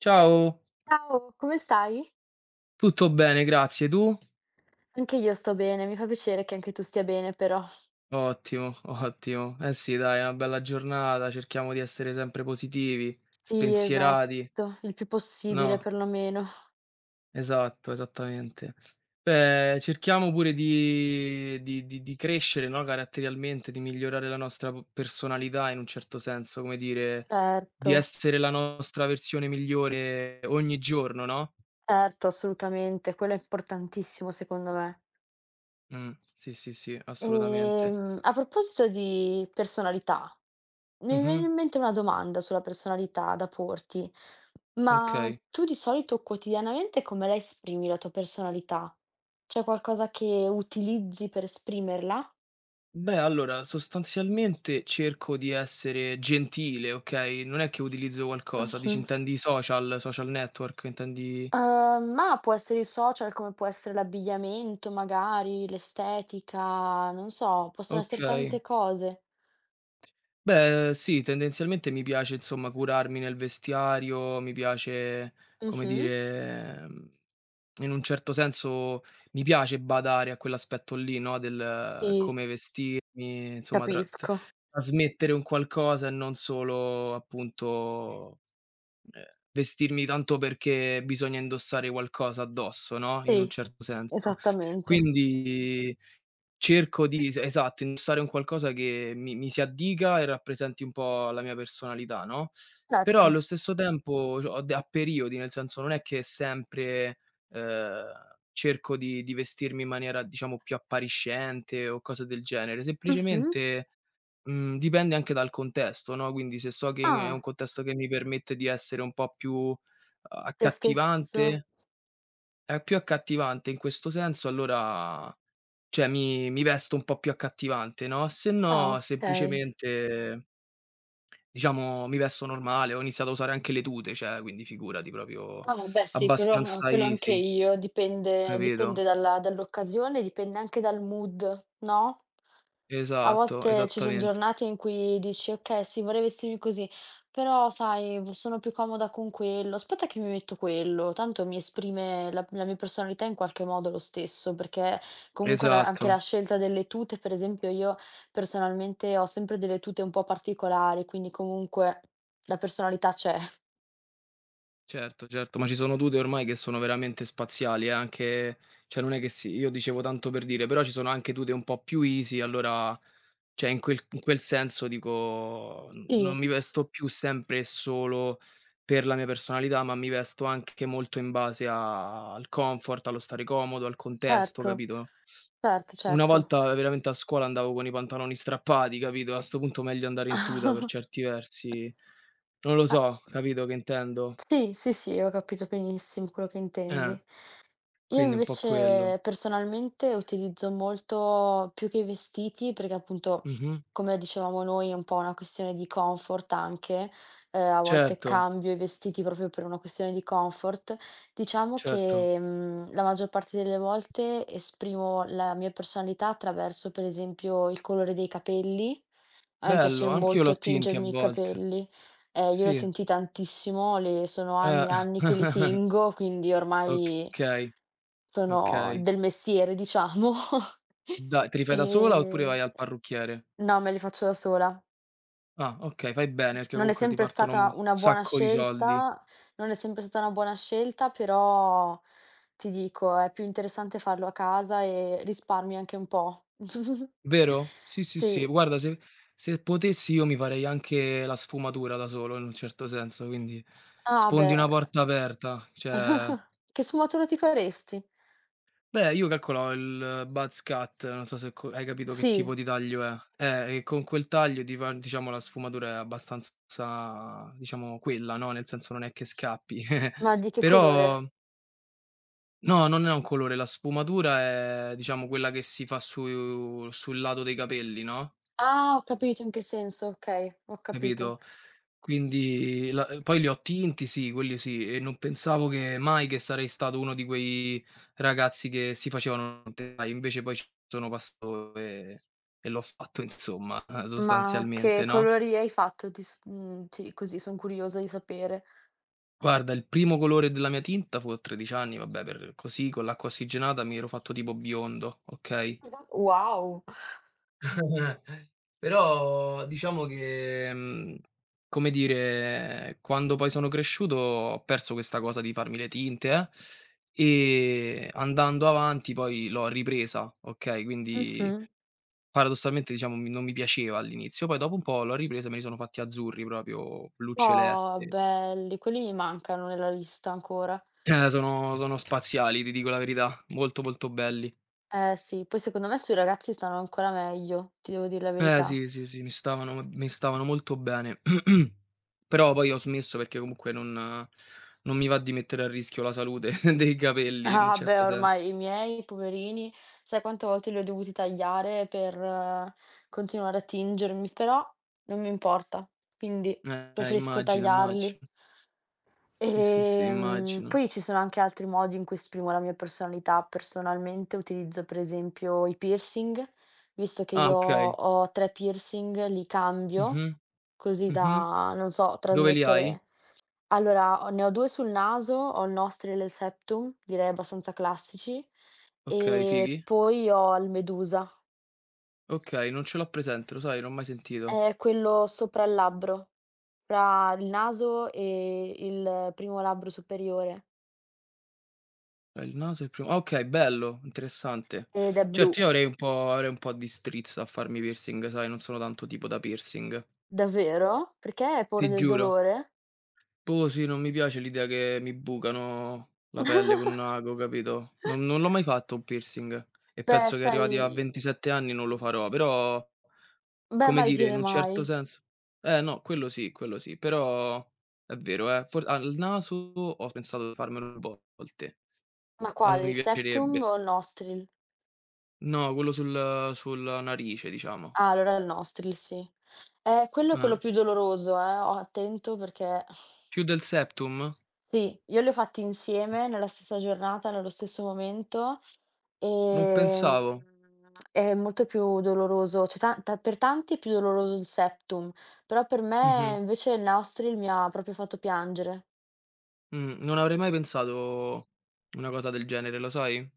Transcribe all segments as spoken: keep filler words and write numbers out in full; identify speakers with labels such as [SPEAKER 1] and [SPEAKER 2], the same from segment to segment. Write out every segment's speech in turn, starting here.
[SPEAKER 1] Ciao,
[SPEAKER 2] Ciao, come stai?
[SPEAKER 1] tutto bene, grazie. Tu?
[SPEAKER 2] Anche io sto bene, mi fa piacere che anche tu stia bene però.
[SPEAKER 1] Ottimo, ottimo. Eh sì, dai, è una bella giornata, cerchiamo di essere sempre positivi,
[SPEAKER 2] Sì,
[SPEAKER 1] spensierati,
[SPEAKER 2] esatto, il più possibile
[SPEAKER 1] no?
[SPEAKER 2] perlomeno.
[SPEAKER 1] Esatto, esattamente. Beh, cerchiamo pure di, di- di- di crescere, no? Caratterialmente, di migliorare la nostra po- personalità in un certo senso, come dire,
[SPEAKER 2] Certo,
[SPEAKER 1] di essere la nostra versione migliore ogni giorno, no?
[SPEAKER 2] certo, assolutamente, quello è importantissimo secondo me.
[SPEAKER 1] Mm, sì, sì, sì, assolutamente.
[SPEAKER 2] Ehm, a proposito di personalità, mi viene in
[SPEAKER 1] Mhm,
[SPEAKER 2] mente una domanda sulla personalità da porti, ma
[SPEAKER 1] ok.
[SPEAKER 2] tu di solito quotidianamente come la esprimi la tua personalità? C'è qualcosa che utilizzi per esprimerla?
[SPEAKER 1] Beh, allora, sostanzialmente cerco di essere gentile, okay, non è che utilizzo qualcosa. Dici
[SPEAKER 2] Mhm.
[SPEAKER 1] intendi i social, social network, intendi?
[SPEAKER 2] Uhm, ma può essere i social, come può essere l'abbigliamento magari, l'estetica, non so, possono essere tante
[SPEAKER 1] Okay.
[SPEAKER 2] cose.
[SPEAKER 1] Beh, sì, tendenzialmente mi piace insomma curarmi nel vestiario, mi piace, come
[SPEAKER 2] Mh-mh.
[SPEAKER 1] dire, mhmm, in un certo senso mi piace badare a quell'aspetto lì, no, del eh,
[SPEAKER 2] Sì,
[SPEAKER 1] come vestirmi, insomma tra t
[SPEAKER 2] capisco.
[SPEAKER 1] trasmettere un qualcosa e non solo appunto. Ehm, Vestirmi tanto perché bisogna indossare qualcosa addosso, no, in un Mh.
[SPEAKER 2] Sì,
[SPEAKER 1] certo senso.
[SPEAKER 2] esattamente.
[SPEAKER 1] Quindi cerco di es esatto, indossare un qualcosa che mi mi si addica e rappresenti un po' la mia personalità, no, però
[SPEAKER 2] Certo.
[SPEAKER 1] allo stesso tempo cioè ho de a periodi, nel senso non è che sempre, ehm, cerco di di vestirmi in maniera, diciamo, più appariscente o cose del genere,
[SPEAKER 2] Mh-mh.
[SPEAKER 1] semplicemente. Mhmm, dipende anche dal contesto, no, quindi se so che è un
[SPEAKER 2] Ah,
[SPEAKER 1] contesto che mi permette di essere un po' più uhm,
[SPEAKER 2] te stesso.
[SPEAKER 1] accattivante è più accattivante in questo senso allora cioè mi mi vesto un po' più accattivante, no, se
[SPEAKER 2] Ah,
[SPEAKER 1] no
[SPEAKER 2] okay.
[SPEAKER 1] semplicemente diciamo mi vesto normale, ho iniziato a usare anche le tute, cioè quindi figurati proprio
[SPEAKER 2] Ah beh sì, quello
[SPEAKER 1] abbastanza
[SPEAKER 2] quello anche
[SPEAKER 1] easy,
[SPEAKER 2] io, dipende dipende
[SPEAKER 1] capito?
[SPEAKER 2] dalla dall'occasione, dipende anche dal mood, no? A
[SPEAKER 1] Esatto,
[SPEAKER 2] volte ci son
[SPEAKER 1] esattamente.
[SPEAKER 2] giornate in cui dici: "Okay, sì, vorrei vestirmi così, però sai, v sono più comoda con quello. Aspetta che mi metto quello." Tanto mi esprime la la mia personalità in qualche modo lo stesso, perché comunque la anche la
[SPEAKER 1] Esatto.
[SPEAKER 2] scelta delle tute, per esempio, io personalmente ho sempre delle tute un po' particolari, quindi comunque la personalità c'è.
[SPEAKER 1] Certo, certo, ma ci sono tute ormai che sono veramente spaziali, eh, anche cioè non è che si io dicevo tanto per dire, però ci sono anche tute un po' più easy, allora cioè in quel in quel senso dico, n
[SPEAKER 2] Sì,
[SPEAKER 1] non mi vesto più sempre e solo per la mia personalità, ma mi vesto anche molto in base a al comfort, allo stare comodo, al contesto,
[SPEAKER 2] certo.
[SPEAKER 1] capito?
[SPEAKER 2] Certo,
[SPEAKER 1] Una
[SPEAKER 2] certo.
[SPEAKER 1] volta veramente a scuola andavo con i pantaloni strappati, capito, a 'sto punto meglio andare in tuta per certi versi. Non lo
[SPEAKER 2] Ah,
[SPEAKER 1] so, capito che intendo?
[SPEAKER 2] sì, sì, sì, ho capito benissimo quello che
[SPEAKER 1] Eh.
[SPEAKER 2] intendi. Io
[SPEAKER 1] Quindi un po' quello.
[SPEAKER 2] invece personalmente utilizzo molto più che i vestiti, perché appunto,
[SPEAKER 1] Mh-mh.
[SPEAKER 2] come dicevamo noi, è un po' una questione di comfort anche, eh, a volte
[SPEAKER 1] Certo,
[SPEAKER 2] cambio i vestiti proprio per una questione di comfort. Diciamo
[SPEAKER 1] certo.
[SPEAKER 2] che, mhmm, la maggior parte delle volte esprimo la mia personalità attraverso, per esempio, il colore dei capelli. A me
[SPEAKER 1] Bello,
[SPEAKER 2] piace
[SPEAKER 1] anch'io
[SPEAKER 2] molto
[SPEAKER 1] l'ho tinti a
[SPEAKER 2] tingermi i
[SPEAKER 1] volte.
[SPEAKER 2] capelli. Eh, io li
[SPEAKER 1] Sì,
[SPEAKER 2] ho sentiti tantissimo, li sono anni
[SPEAKER 1] eh.
[SPEAKER 2] e anni che li tengo, quindi ormai
[SPEAKER 1] Okay,
[SPEAKER 2] sono
[SPEAKER 1] okay.
[SPEAKER 2] del mestiere, diciamo.
[SPEAKER 1] Da te li fai da sola oppure
[SPEAKER 2] Ehm,
[SPEAKER 1] vai al parrucchiere?
[SPEAKER 2] no, me li faccio da sola.
[SPEAKER 1] Ah, okay, fai bene perché
[SPEAKER 2] Non è
[SPEAKER 1] comunque ti
[SPEAKER 2] sempre
[SPEAKER 1] partono
[SPEAKER 2] stata
[SPEAKER 1] un
[SPEAKER 2] una buona
[SPEAKER 1] sacco di soldi,
[SPEAKER 2] scelta non è sempre stata una buona scelta, però ti dico, è più interessante farlo a casa e risparmi anche un po'.
[SPEAKER 1] vero? Sì, sì, sì.
[SPEAKER 2] Sì.
[SPEAKER 1] Guarda se se potessi io mi farei anche la sfumatura da solo in un certo senso, quindi
[SPEAKER 2] Ah
[SPEAKER 1] sfondi
[SPEAKER 2] beh,
[SPEAKER 1] una porta aperta, cioè.
[SPEAKER 2] che sfumatura ti faresti?
[SPEAKER 1] Beh, io calcolavo il buzz cut, non so se co hai capito che
[SPEAKER 2] Sì.
[SPEAKER 1] tipo di taglio è. Eh, e con quel taglio ti fa diciamo la sfumatura è abbastanza, diciamo quella, no, nel senso non è che scappi.
[SPEAKER 2] Ma di che colore?
[SPEAKER 1] Però no, non è un colore, la sfumatura è diciamo quella che si fa su sul lato dei capelli, no,
[SPEAKER 2] Ah, ho capito in che senso, okay, ho capito.
[SPEAKER 1] capito? Quindi la ehm, poi li ho tinti, sì, quelli sì, e non pensavo che mai che sarei stato uno di quei ragazzi che si facevano tentai, invece poi ci sono passato e e l'ho fatto insomma,
[SPEAKER 2] Ma
[SPEAKER 1] sostanzialmente,
[SPEAKER 2] che
[SPEAKER 1] no.
[SPEAKER 2] colori hai fatto? Ti s mhmm, ti così son curiosa di sapere.
[SPEAKER 1] Guarda, il primo colore della mia tinta fu a tredici anni, vabbè per così con l'acqua ossigenata mi ero fatto tipo biondo, okay?
[SPEAKER 2] Wow!
[SPEAKER 1] Però diciamo che, mhmm, come dire, quando poi sono cresciuto ho perso questa cosa di farmi le tinte, eh, e andando avanti poi l'ho ripresa, okay, quindi
[SPEAKER 2] Mh-mh.
[SPEAKER 1] paradossalmente diciamo mi non mi piaceva all'inizio, poi dopo un po' l'ho ripresa e me li sono fatti azzurri proprio, blu
[SPEAKER 2] Oh,
[SPEAKER 1] celeste.
[SPEAKER 2] belli, quelli mi mancano nella lista ancora.
[SPEAKER 1] Eh, sono sono spaziali, ti dico la verità, molto, molto belli.
[SPEAKER 2] Eh sì, poi secondo me sui ragazzi stanno ancora meglio, ti devo dir la
[SPEAKER 1] Eh
[SPEAKER 2] verità.
[SPEAKER 1] sì, sì, sì, mi stavano mi stavano molto bene. Però poi ho smesso perché comunque non non mi va di mettere a rischio la salute dei capelli in un
[SPEAKER 2] Ah, beh,
[SPEAKER 1] certo sen
[SPEAKER 2] ormai i miei, poverini, sai quante volte li ho dovuti tagliare per eh, continuare a tingermi, però non mi importa, quindi
[SPEAKER 1] eh,
[SPEAKER 2] preferisco
[SPEAKER 1] immagino,
[SPEAKER 2] tagliarli.
[SPEAKER 1] immagino. Sì, sì, sì,
[SPEAKER 2] Ehm,
[SPEAKER 1] immagino.
[SPEAKER 2] poi ci sono anche altri modi in cui esprimo la mia personalità. Personalmente utilizzo per esempio i piercing, visto che
[SPEAKER 1] Ah,
[SPEAKER 2] io
[SPEAKER 1] okay.
[SPEAKER 2] ho tre piercing, li cambio
[SPEAKER 1] Mh-mh,
[SPEAKER 2] così
[SPEAKER 1] mh-mh.
[SPEAKER 2] da, non so,
[SPEAKER 1] Dove li hai?
[SPEAKER 2] trasmettere. Allora, ho ne ho due sul naso, ho il nostril e il septum, direi abbastanza classici,
[SPEAKER 1] Okay,
[SPEAKER 2] e
[SPEAKER 1] fighi.
[SPEAKER 2] poi ho il medusa.
[SPEAKER 1] Okay, non ce l'ho presente, lo sai, non ho mai sentito.
[SPEAKER 2] È quello sopra il labbro, fra il naso e il primo labbro superiore,
[SPEAKER 1] Eh, il naso è il primo. Ah, okay, bello, interessante.
[SPEAKER 2] ed è blu.
[SPEAKER 1] Certo, io avrei un po' avrei un po' di strizza a farmi piercing, sai, non sono tanto tipo da piercing.
[SPEAKER 2] Davvero? Perché hai paura
[SPEAKER 1] Ti
[SPEAKER 2] del
[SPEAKER 1] giuro.
[SPEAKER 2] dolore?
[SPEAKER 1] Boh, sì, non mi piace l'idea che mi bucano la pelle con un ago, capito? Non non l'ho mai fatto un piercing e
[SPEAKER 2] Beh,
[SPEAKER 1] penso che arrivati a
[SPEAKER 2] sai
[SPEAKER 1] ventisette anni non lo farò, però,
[SPEAKER 2] beh,
[SPEAKER 1] come
[SPEAKER 2] mai
[SPEAKER 1] dire,
[SPEAKER 2] dire
[SPEAKER 1] in un certo
[SPEAKER 2] mai.
[SPEAKER 1] senso eh, no, quello sì, quello sì, però è vero, eh, for al naso ho pensato di farmelo due volte.
[SPEAKER 2] Ma
[SPEAKER 1] A
[SPEAKER 2] quale,
[SPEAKER 1] me
[SPEAKER 2] il septum
[SPEAKER 1] piacerebbe.
[SPEAKER 2] o il nostril?
[SPEAKER 1] No, quello sul sulla narice, diciamo.
[SPEAKER 2] Ah, allora il nostril, sì. Eh, quello è
[SPEAKER 1] Eh.
[SPEAKER 2] quello più doloroso, eh, o attento perché
[SPEAKER 1] Più del septum?
[SPEAKER 2] Sì, io li ho fatti insieme nella stessa giornata, nello stesso momento,
[SPEAKER 1] Non
[SPEAKER 2] ehm,
[SPEAKER 1] pensavo.
[SPEAKER 2] è molto più doloroso, cioè ta ta per tanti è più doloroso il septum, però per me
[SPEAKER 1] Mh-mh.
[SPEAKER 2] invece il Neostril mi ha proprio fatto piangere.
[SPEAKER 1] Mh, non avrei mai pensato una cosa del genere, lo sai?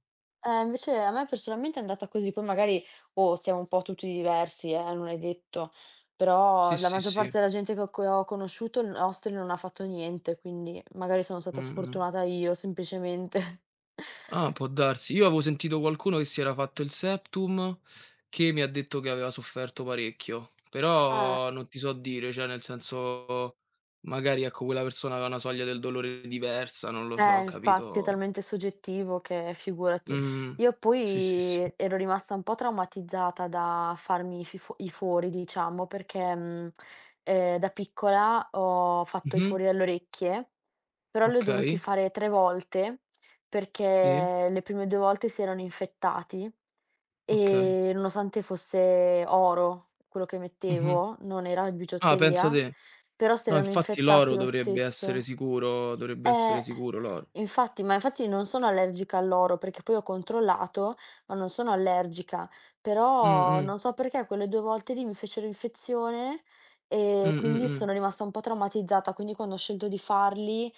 [SPEAKER 2] Eh, invece a me personalmente è andata così, poi magari, oh, siamo un po' tutti diversi, eh, non è detto, però
[SPEAKER 1] Sì,
[SPEAKER 2] la
[SPEAKER 1] sì,
[SPEAKER 2] maggior parte
[SPEAKER 1] sì.
[SPEAKER 2] della gente che ho che ho conosciuto il Neostril non ha fatto niente, quindi magari sono stata
[SPEAKER 1] Mh-mh.
[SPEAKER 2] sfortunata io semplicemente.
[SPEAKER 1] Ah, può darsi. Io avevo sentito qualcuno che si era fatto il septum, che mi ha detto che aveva sofferto parecchio,
[SPEAKER 2] Eh.
[SPEAKER 1] però non ti so dire, cioè nel senso magari, ecco, quella persona aveva una soglia del dolore diversa, non lo so,
[SPEAKER 2] Eh, infatti è
[SPEAKER 1] capito?
[SPEAKER 2] talmente soggettivo che figurati.
[SPEAKER 1] Mh.
[SPEAKER 2] Io
[SPEAKER 1] Sì, sì, sì.
[SPEAKER 2] poi ero rimasta un po' traumatizzata da farmi i fi fo i fori diciamo, perché, mhmm, ehm, da piccola ho fatto i
[SPEAKER 1] Mh-mh.
[SPEAKER 2] fori alle orecchie, però li ho dovuti
[SPEAKER 1] Okay.
[SPEAKER 2] fare tre volte,
[SPEAKER 1] Sì.
[SPEAKER 2] perché le prime due volte si erano infettati
[SPEAKER 1] Okay.
[SPEAKER 2] e nonostante fosse oro quello che
[SPEAKER 1] Mh-mh.
[SPEAKER 2] mettevo, non era in
[SPEAKER 1] Ah, pensa
[SPEAKER 2] bigiotteria,
[SPEAKER 1] te.
[SPEAKER 2] però si
[SPEAKER 1] No,
[SPEAKER 2] erano
[SPEAKER 1] infatti l'oro
[SPEAKER 2] infettati lo
[SPEAKER 1] dovrebbe essere
[SPEAKER 2] stesso.
[SPEAKER 1] sicuro, dovrebbe essere
[SPEAKER 2] Eh,
[SPEAKER 1] sicuro l'oro.
[SPEAKER 2] infatti, ma infatti non sono allergica all'oro, perché poi ho controllato, ma non sono allergica, però
[SPEAKER 1] Mh-mh.
[SPEAKER 2] non so perché quelle due volte lì mi fecero infezione
[SPEAKER 1] Mh,
[SPEAKER 2] e
[SPEAKER 1] mh,
[SPEAKER 2] quindi
[SPEAKER 1] mh.
[SPEAKER 2] sono rimasta un po' traumatizzata, quindi quando ho scelto di farli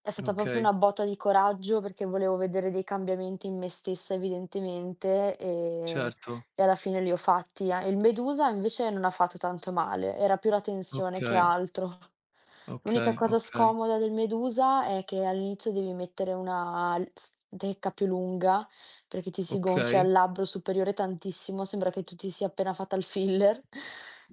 [SPEAKER 2] è stata proprio
[SPEAKER 1] Okay,
[SPEAKER 2] una botta di coraggio perché volevo vedere dei cambiamenti in me stessa evidentemente e
[SPEAKER 1] certo.
[SPEAKER 2] e alla fine li ho fatti. Ah, il Medusa invece non ha fatto tanto male, era più la tensione che
[SPEAKER 1] Okay,
[SPEAKER 2] altro. L'unica
[SPEAKER 1] okay,
[SPEAKER 2] cosa
[SPEAKER 1] okay,
[SPEAKER 2] scomoda del Medusa è che all'inizio devi mettere una l s tecca più lunga, perché ti si gonfia
[SPEAKER 1] okay.
[SPEAKER 2] il labbro superiore tantissimo, sembra che tu ti sia appena fatta il filler,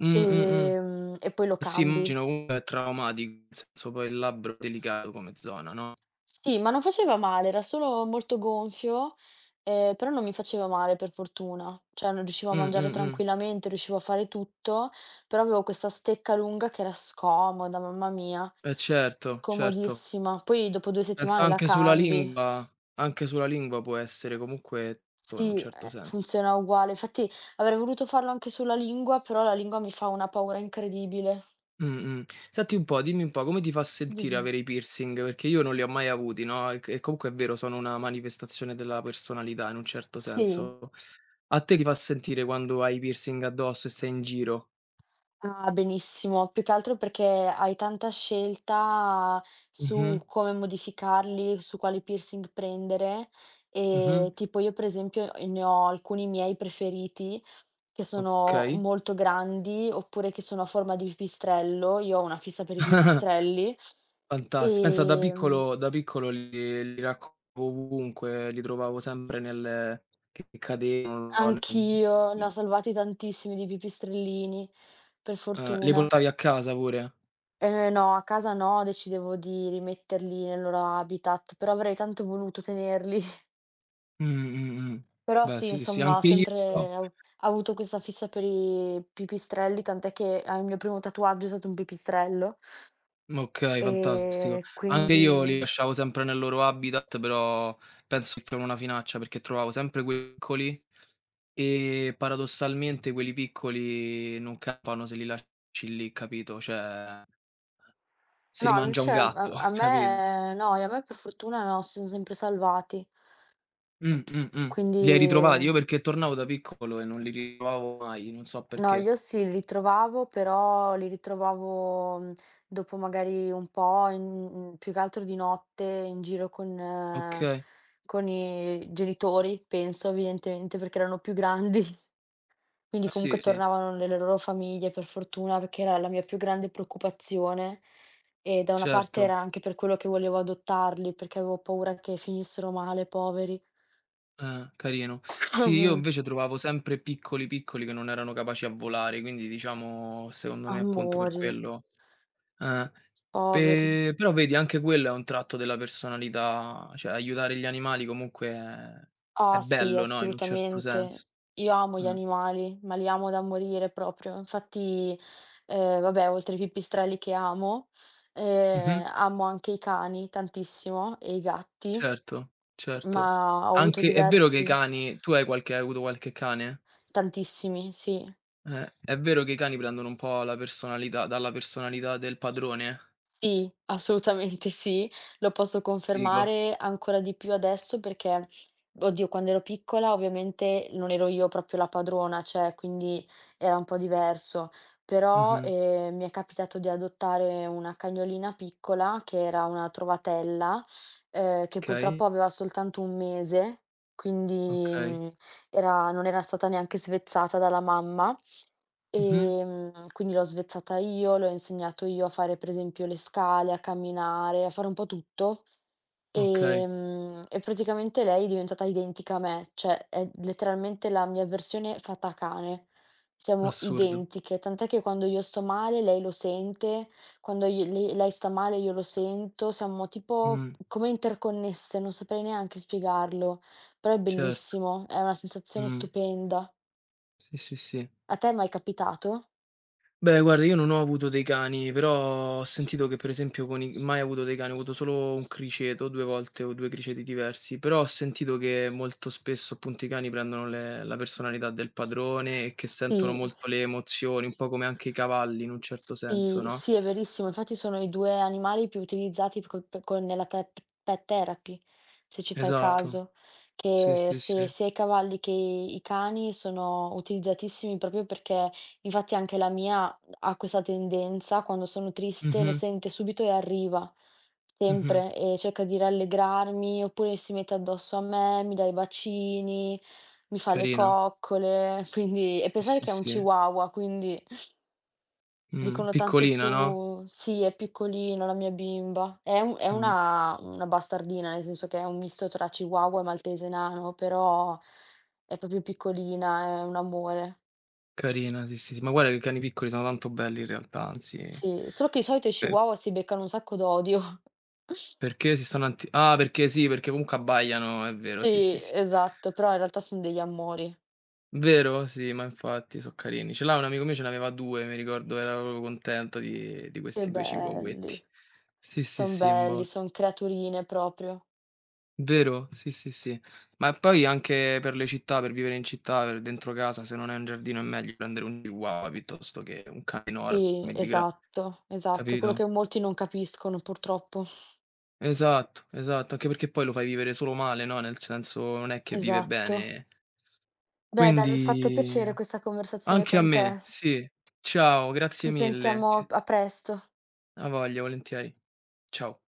[SPEAKER 1] Mh, mh, mh.
[SPEAKER 2] ehm, e poi lo
[SPEAKER 1] Eh sì,
[SPEAKER 2] cambi.
[SPEAKER 1] immagino comunque è traumatico, nel senso poi il labbro è delicato come zona, no.
[SPEAKER 2] Sì, ma non faceva male, era solo molto gonfio, ehm, però non mi faceva male per fortuna. Cioè non riuscivo a
[SPEAKER 1] Mh,
[SPEAKER 2] mangiare
[SPEAKER 1] mh, mh.
[SPEAKER 2] tranquillamente, riuscivo a fare tutto, però avevo questa stecca lunga che era scomoda, mamma mia,
[SPEAKER 1] Eh certo, certo.
[SPEAKER 2] scomodissima. Poi dopo due
[SPEAKER 1] Penso
[SPEAKER 2] settimane la
[SPEAKER 1] anche sulla
[SPEAKER 2] cambi.
[SPEAKER 1] lingua anche sulla lingua può essere comunque to in un
[SPEAKER 2] Sì,
[SPEAKER 1] certo
[SPEAKER 2] eh,
[SPEAKER 1] senso.
[SPEAKER 2] funziona uguale. Infatti avrei voluto farlo anche sulla lingua, però la lingua mi fa una paura incredibile.
[SPEAKER 1] Mh, mh. Senti un po', dimmi un po', come ti fa sentire
[SPEAKER 2] Dimmi.
[SPEAKER 1] avere i piercing? Perché io non li ho mai avuti, no, e c e comunque è vero, sono una manifestazione della personalità in un certo
[SPEAKER 2] Sì.
[SPEAKER 1] senso. A te ti fa sentire quando hai i piercing addosso e sei in giro?
[SPEAKER 2] Ah, benissimo. Più che altro perché hai tanta scelta su
[SPEAKER 1] Mh-mh,
[SPEAKER 2] come modificarli, su quali piercing prendere
[SPEAKER 1] mh-mh,
[SPEAKER 2] e tipo io per esempio ne ho alcuni miei preferiti che sono
[SPEAKER 1] okay.
[SPEAKER 2] molto grandi oppure che sono a forma di pipistrello. Io ho una fissa per i pipistrelli.
[SPEAKER 1] Fantas pensa da
[SPEAKER 2] Ehm,
[SPEAKER 1] piccolo da piccolo li li raccolgo ovunque, li trovavo sempre nelle che cadevano, no, n
[SPEAKER 2] anch'io ne ho
[SPEAKER 1] mhmm,
[SPEAKER 2] salvati tantissimi di pipistrellini, per
[SPEAKER 1] ehm, li
[SPEAKER 2] fortuna.
[SPEAKER 1] portavi a casa pure?
[SPEAKER 2] Ehm, no, a casa no, decidevo di rimetterli nel loro habitat, però avrei tanto voluto tenerli.
[SPEAKER 1] Mh, mh, mh.
[SPEAKER 2] Però
[SPEAKER 1] Beh
[SPEAKER 2] sì,
[SPEAKER 1] sì, sì,
[SPEAKER 2] insomma, ho
[SPEAKER 1] anche io però
[SPEAKER 2] sempre av avuto questa fissa per i pipistrelli, tant'è che, ehm, il mio primo tatuaggio è stato un pipistrello,
[SPEAKER 1] okay, fantastico.
[SPEAKER 2] ehm,
[SPEAKER 1] Anche io
[SPEAKER 2] quindi
[SPEAKER 1] li lasciavo sempre nel loro habitat, però penso che facevano una finaccia perché trovavo sempre quei piccoli. E paradossalmente quelli piccoli non cappano se li lasci lì, capito, cioè se li
[SPEAKER 2] no,
[SPEAKER 1] mangia
[SPEAKER 2] invece
[SPEAKER 1] un
[SPEAKER 2] a a
[SPEAKER 1] gatto,
[SPEAKER 2] a
[SPEAKER 1] capito?
[SPEAKER 2] me no, e a me per fortuna no, si son sempre salvati.
[SPEAKER 1] Mh, mh, mh. Li hai ritrovati?
[SPEAKER 2] Quindi
[SPEAKER 1] Io perché tornavo da piccolo e non li ritrovavo mai, non so
[SPEAKER 2] no,
[SPEAKER 1] perché.
[SPEAKER 2] io sì, li trovavo, però li ritrovavo, mhmm, dopo magari un po', in mhmm, più che altro di notte in giro con eh,
[SPEAKER 1] Okay.
[SPEAKER 2] con i genitori, penso evidentemente, perché erano più grandi, quindi
[SPEAKER 1] Eh sì,
[SPEAKER 2] comunque
[SPEAKER 1] sì,
[SPEAKER 2] tornavano nelle loro famiglie per fortuna, perché era la mia più grande preoccupazione e da una parte era
[SPEAKER 1] certo.
[SPEAKER 2] anche per quello che volevo adottarli, perché avevo paura che finissero male, poveri.
[SPEAKER 1] Eh, carino. Sì, io invece trovavo sempre piccoli, piccoli che non erano capaci a volare, quindi diciamo secondo me appunto per
[SPEAKER 2] Amori,
[SPEAKER 1] quello. Eh,
[SPEAKER 2] poveri.
[SPEAKER 1] pe però vedi anche quello è un tratto della personalità, cioè aiutare gli animali comunque è è
[SPEAKER 2] Ah sì,
[SPEAKER 1] bello, no, in un certo
[SPEAKER 2] assolutamente.
[SPEAKER 1] senso.
[SPEAKER 2] Io amo gli
[SPEAKER 1] Eh.
[SPEAKER 2] animali, ma li amo da morire proprio. Infatti, ehm, vabbè, oltre i pipistrelli che amo,
[SPEAKER 1] Mh-mh.
[SPEAKER 2] ehm, amo anche i cani tantissimo e i gatti,
[SPEAKER 1] Certo, certo.
[SPEAKER 2] ma ho avuto
[SPEAKER 1] Anche è vero che i
[SPEAKER 2] diversi,
[SPEAKER 1] cani tu hai qualche hai avuto qualche cane?
[SPEAKER 2] tantissimi, sì.
[SPEAKER 1] Eh, è vero che i cani prendono un po' la personalità dalla personalità del padrone?
[SPEAKER 2] Sì, assolutamente sì, lo posso
[SPEAKER 1] Dico.
[SPEAKER 2] confermare ancora di più adesso perché, oddio, quando ero piccola ovviamente non ero io proprio la padrona, cioè quindi era un po' diverso, però
[SPEAKER 1] Mh-mh.
[SPEAKER 2] eh, mi è capitato di adottare una cagnolina piccola che era una trovatella, eh, che
[SPEAKER 1] Okay,
[SPEAKER 2] purtroppo aveva soltanto un mese, quindi
[SPEAKER 1] okay.
[SPEAKER 2] mm, era- non era stata neanche svezzata dalla mamma.
[SPEAKER 1] Mh-mh.
[SPEAKER 2] Ehm, quindi l'ho svezzata io, le ho insegnato io a fare per esempio le scale, a camminare, a fare un po' tutto.
[SPEAKER 1] Okay,
[SPEAKER 2] Ehm, e praticamente lei è diventata identica a me, cioè è letteralmente la mia versione fatta a cane. Siamo
[SPEAKER 1] assurdo.
[SPEAKER 2] identiche, tant'è che quando io sto male lei lo sente, quando io- lei, lei sta male io lo sento, siamo tipo
[SPEAKER 1] Mh,
[SPEAKER 2] come interconnesse, non saprei neanche spiegarlo, però è
[SPEAKER 1] certo.
[SPEAKER 2] bellissimo, è una sensazione
[SPEAKER 1] Mh.
[SPEAKER 2] stupenda.
[SPEAKER 1] Sì, sì, sì.
[SPEAKER 2] A te è mai capitato?
[SPEAKER 1] Beh, guarda, io non ho avuto dei cani, però ho sentito che per esempio con i mai avuto dei cani, ho avuto solo un criceto due volte o due criceti diversi, però ho sentito che molto spesso appunto i cani prendono le la personalità del padrone e che sentono
[SPEAKER 2] Sì,
[SPEAKER 1] molto le emozioni, un po' come anche i cavalli in un certo senso,
[SPEAKER 2] sì,
[SPEAKER 1] no?
[SPEAKER 2] sì, è verissimo. Infatti sono i due animali più utilizzati p co co nella tep pet therapy, se ci fai
[SPEAKER 1] Esatto.
[SPEAKER 2] caso,
[SPEAKER 1] Sì,
[SPEAKER 2] che
[SPEAKER 1] sì,
[SPEAKER 2] se
[SPEAKER 1] sì.
[SPEAKER 2] sia i cavalli che i i cani sono utilizzatissimi proprio perché infatti anche la mia ha questa tendenza, quando sono triste lo
[SPEAKER 1] Mh-mh,
[SPEAKER 2] sente subito e arriva,
[SPEAKER 1] mh-mh.
[SPEAKER 2] sempre, e cerca di rallegrarmi, oppure si mette addosso a me, mi dà i bacini, mi fa le
[SPEAKER 1] Carina.
[SPEAKER 2] coccole, quindi e
[SPEAKER 1] Sì,
[SPEAKER 2] pensare
[SPEAKER 1] sì,
[SPEAKER 2] che è un
[SPEAKER 1] sì.
[SPEAKER 2] chihuahua, quindi
[SPEAKER 1] Mh,
[SPEAKER 2] dicono tanto
[SPEAKER 1] piccolina, no?
[SPEAKER 2] su "Sì, è piccolina la mia bimba". È un è
[SPEAKER 1] Mh,
[SPEAKER 2] una una bastardina, nel senso che è un misto tra chihuahua e maltese nano, però è proprio piccolina, è un amore.
[SPEAKER 1] carina, sì, sì, sì. Ma guarda che i cani piccoli sono tanto belli in realtà, anzi,
[SPEAKER 2] Sì, solo che di solito i
[SPEAKER 1] pe
[SPEAKER 2] chihuahua si beccano un sacco d'odio.
[SPEAKER 1] perché si stanno anti ah, perché sì, perché comunque abbaiano, è vero, sì,
[SPEAKER 2] Sì,
[SPEAKER 1] sì, sì.
[SPEAKER 2] esatto, però in realtà son degli amori.
[SPEAKER 1] Vero? Sì, ma infatti so' carini. Ce l'ha un amico mio, ce n'aveva due, mi ricordo, era proprio contento di di
[SPEAKER 2] Che
[SPEAKER 1] questi due chihuahuetti.
[SPEAKER 2] belli.
[SPEAKER 1] Sì, sì,
[SPEAKER 2] Son
[SPEAKER 1] sì, un
[SPEAKER 2] belli,
[SPEAKER 1] botto.
[SPEAKER 2] son creaturine proprio.
[SPEAKER 1] Vero? Sì, sì, sì. Ma poi anche per le città, per vivere in città, per dentro casa, se non hai un giardino è meglio prendere un chihuahua piuttosto che un cane
[SPEAKER 2] Sì,
[SPEAKER 1] enorme di gra
[SPEAKER 2] esatto, esatto, quello
[SPEAKER 1] capito?
[SPEAKER 2] che molti non capiscono purtroppo.
[SPEAKER 1] Esatto, esatto, anche perché poi lo fai vivere solo male, no, nel senso non è che vive
[SPEAKER 2] Esatto.
[SPEAKER 1] bene.
[SPEAKER 2] Beh dai, mi ha fatto
[SPEAKER 1] Quindi.
[SPEAKER 2] piacere questa conversazione
[SPEAKER 1] Anche a
[SPEAKER 2] con
[SPEAKER 1] me,
[SPEAKER 2] te.
[SPEAKER 1] sì. Ciao,
[SPEAKER 2] Ci
[SPEAKER 1] grazie mille.
[SPEAKER 2] sentiamo
[SPEAKER 1] Ci
[SPEAKER 2] a presto.
[SPEAKER 1] A voglia, volentieri. Ciao.